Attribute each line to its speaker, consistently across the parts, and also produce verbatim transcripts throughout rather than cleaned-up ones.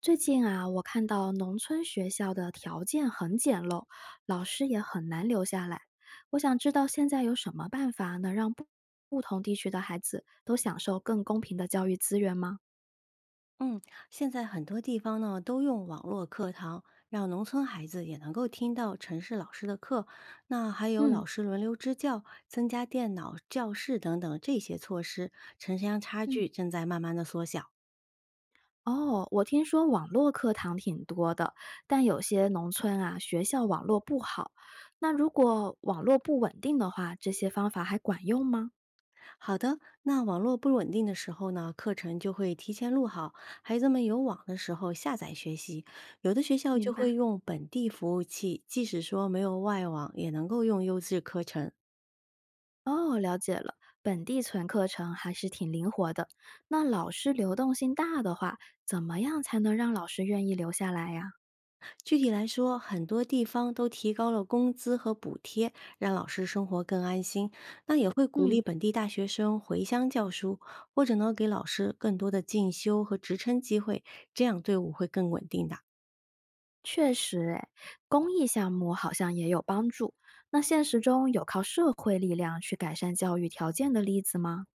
Speaker 1: 最近啊，我看到农村学校的条件很简陋，老师也很难留下来。我想知道现在有什么办法能让不不同地区的孩子都享受更公平的教育资源吗？
Speaker 2: 嗯，现在很多地方呢都用网络课堂，让农村孩子也能够听到城市老师的课。那还有老
Speaker 1: 嗯
Speaker 2: 师轮流支教、增加电脑教室等等这些措施，城乡差
Speaker 1: 嗯。
Speaker 2: 距正在慢慢的缩小。
Speaker 1: 哦，我听说网络课堂挺多的，但有些农村啊，学校网络不好。那如果网络不稳定的话，这些方法还管用吗？
Speaker 2: 好的，那网络不稳定的时候呢，课程就会提前录好，孩子们有网的时候下载学习。有的学校就
Speaker 1: 明白。
Speaker 2: 会用本地服务器，即使说没有外网，也能够用优质课程。
Speaker 1: 哦，了解了。本地存课程还是挺灵活的。那老师流动性大的话，怎么样才能让老师愿意留下来呀？
Speaker 2: 具体来说，很多地方都提高了工资和补贴，让老师生活更安心。那也会鼓
Speaker 1: 嗯，
Speaker 2: 励本地大学生回乡教书，或者呢给老师更多的进修和职称机会，这样队伍会更稳定的。
Speaker 1: 确实，诶，公益项目好像也有帮助。那现实中有靠社会力量去改善教育条件的例子吗？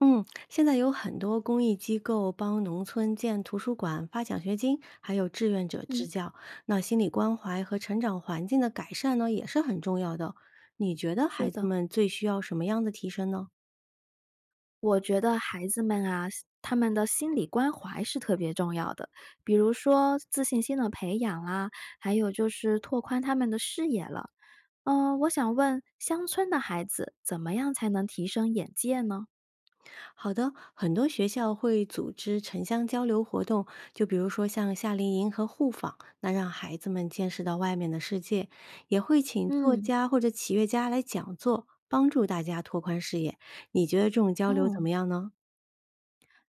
Speaker 2: 嗯，现在有很多公益机构帮农村建图书馆、发奖学金，还有志愿者支
Speaker 1: 嗯，
Speaker 2: 教。那心理关怀和成长环境的改善呢，也是很重要的。你觉得
Speaker 1: 是
Speaker 2: 孩子
Speaker 1: 的，
Speaker 2: 们最需要什么样的提升呢？
Speaker 1: 我觉得孩子们啊，他们的心理关怀是特别重要的，比如说自信心的培养啦、还有就是拓宽他们的视野了。嗯，我想问，乡村的孩子怎么样才能提升眼界呢？
Speaker 2: 好的，很多学校会组织城乡交流活动，就比如说像夏令营和互访，那让孩子们见识到外面的世界，也会请作
Speaker 1: 嗯，
Speaker 2: 家或者企业家来讲座，帮助大家拓宽视野。你觉得这种交流
Speaker 1: 哦，
Speaker 2: 怎么样呢？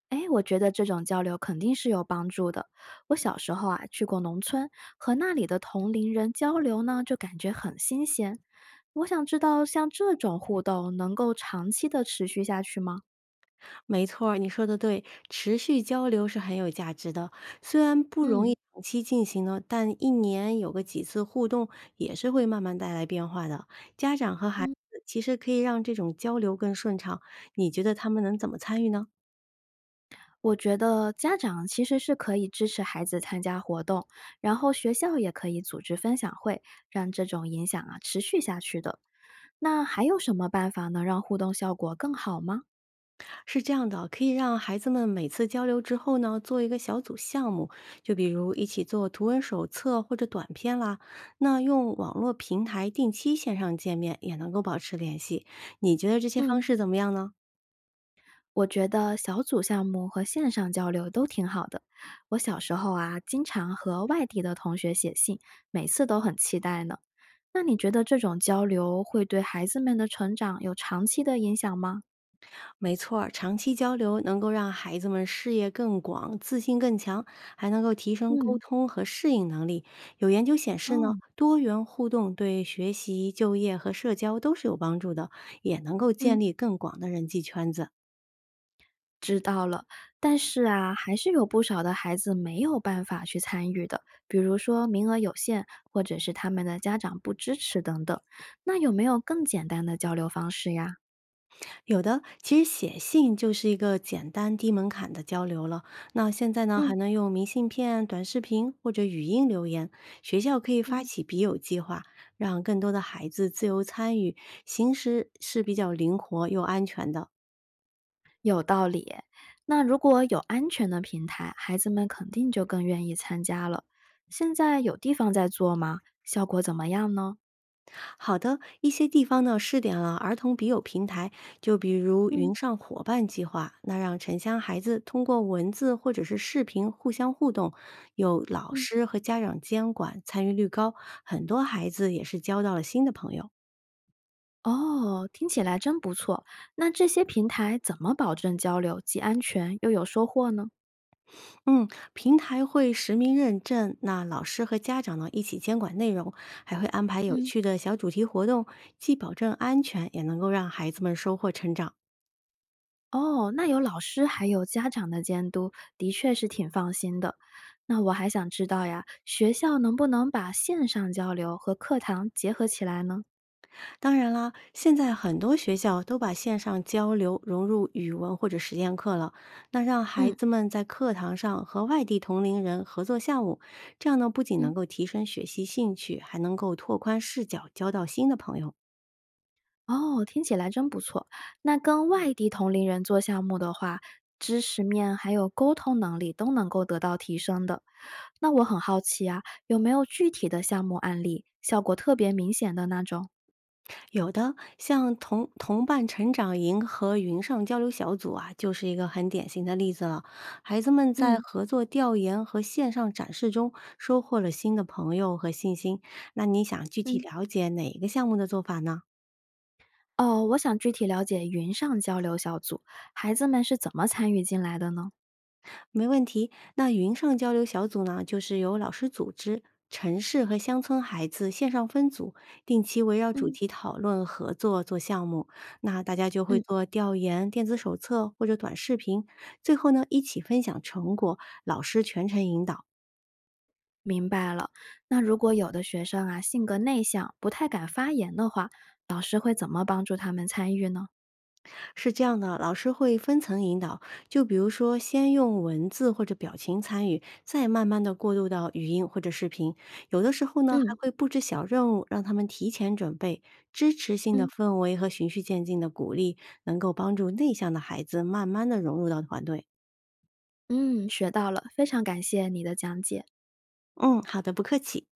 Speaker 1: 哎，我觉得这种交流肯定是有帮助的。我小时候啊，去过农村，和那里的同龄人交流呢，就感觉很新鲜。我想知道，像这种互动能够长期的持续下去吗？
Speaker 2: 没错儿，你说的对，持续交流是很有价值的。虽然不容
Speaker 1: 嗯
Speaker 2: 易长期进行呢，但一年有个几次互动，也是会慢慢带来变化的。家长和孩
Speaker 1: 嗯。
Speaker 2: 子其实可以让这种交流更顺畅。你觉得他们能怎么参与呢？
Speaker 1: 我觉得家长其实是可以支持孩子参加活动，然后学校也可以组织分享会，让这种影响啊持续下去的。那还有什么办法能让互动效果更好吗？
Speaker 2: 是这样的，可以让孩子们每次交流之后呢，做一个小组项目，就比如一起做图文手册或者短片啦。那用网络平台定期线上见面，也能够保持联系。你觉得这些
Speaker 1: 嗯，
Speaker 2: 方式怎么样呢？
Speaker 1: 我觉得小组项目和线上交流都挺好的。我小时候啊，经常和外地的同学写信，每次都很期待呢。那你觉得这种交流会对孩子们的成长有长期的影响吗？
Speaker 2: 没错儿长期交流能够让孩子们视野更广、自信更强，还能够提升沟
Speaker 1: 嗯。
Speaker 2: 通和适应能力。有研究显示呢，
Speaker 1: 哦。
Speaker 2: 多元互动对学习、就业和社交都是有帮助的，也能够
Speaker 1: 嗯。
Speaker 2: 建立更广的人际圈子。
Speaker 1: 知道了，但是啊，还是有不少的孩子没有办法去参与的，比如说名额有限，或者是他们的家长不支持等等。那有没有更简单的交流方式呀？
Speaker 2: 有的，其实写信就是一个简单低门槛的交流了。那现在呢，还
Speaker 1: 嗯
Speaker 2: 能用明信片、短视频或者语音留言。学校可以发
Speaker 1: 嗯。
Speaker 2: 起笔友计划，让更多的孩子自由参与，形式是比较灵活又安全的。
Speaker 1: 有道理。那如果有安全的平台，孩子们肯定就更愿意参加了。现在有地方在做吗？效果怎么样呢？
Speaker 2: 好的，一些地方呢试点了儿童笔友平台，就比如
Speaker 1: 嗯
Speaker 2: 云上伙伴计划，那让城乡孩子通过文字或者是视频互相互动，有老
Speaker 1: 嗯。
Speaker 2: 师和家长监管，参与率高，很多孩子也是交到了新的朋友。
Speaker 1: 哦，听起来真不错。那这些平台怎么保证交流既安全又有收获呢？
Speaker 2: 嗯，平台会实名认证，那老师和家长呢一起监管内容，还会安排有
Speaker 1: 嗯。
Speaker 2: 趣的小主题活动，既保证安全，也能够让孩子们收获成长。
Speaker 1: 哦，那有老师还有家长的监督，的确是挺放心的。那我还想知道呀，学校能不能把线上交流和课堂结合起来呢？
Speaker 2: 当然啦，现在很多学校都把线上交流融入语文或者实验课了，那让孩
Speaker 1: 嗯
Speaker 2: 子们在课堂上和外地同龄人合作项目，这样呢不仅
Speaker 1: 嗯。
Speaker 2: 能够提升学习兴趣，还能够拓宽视角，交到新的朋友。
Speaker 1: 哦，听起来真不错。那跟外地同龄人做项目的话，知识面还有沟通能力都能够得到提升的。那我很好奇啊，有没有具体的项目案例，效果特别明显的那种？
Speaker 2: 有的像同同伴成长营和云上交流小组啊，就是一个很典型的例子了。孩子们在
Speaker 1: 嗯。
Speaker 2: 合作调研和线上展示中收获了新的朋友和信心。那你想具体
Speaker 1: 嗯。
Speaker 2: 了解哪一个项目的做法呢？
Speaker 1: 哦，我想具体了解云上交流小组，孩子们是怎么参与进来的呢？
Speaker 2: 没问题。那云上交流小组呢，就是由老师组织，城市和乡村孩子线上分组，定期围绕主
Speaker 1: 嗯，
Speaker 2: 题讨论合作做项目。那大家就会
Speaker 1: 嗯，
Speaker 2: 做调研、电子手册或者短视频，最后呢一起分享成果，老师全程引导。
Speaker 1: 明白了。那如果有的学生啊性格内向，不太敢发言的话，老师会怎么帮助他们参与呢？
Speaker 2: 是这样的，老师会分层引导，就比如说先用文字或者表情参与，再慢慢的过渡到语音或者视频。有的时候呢，
Speaker 1: 嗯
Speaker 2: 还
Speaker 1: 嗯。
Speaker 2: 会布置小任务，让他们提前准备。支持性的
Speaker 1: 嗯
Speaker 2: 氛围和循序渐进的鼓励，能够帮助内向的孩子慢慢的融入到团队。
Speaker 1: 嗯，学到了，非常感谢你的讲解。
Speaker 2: 嗯，好的，不客气。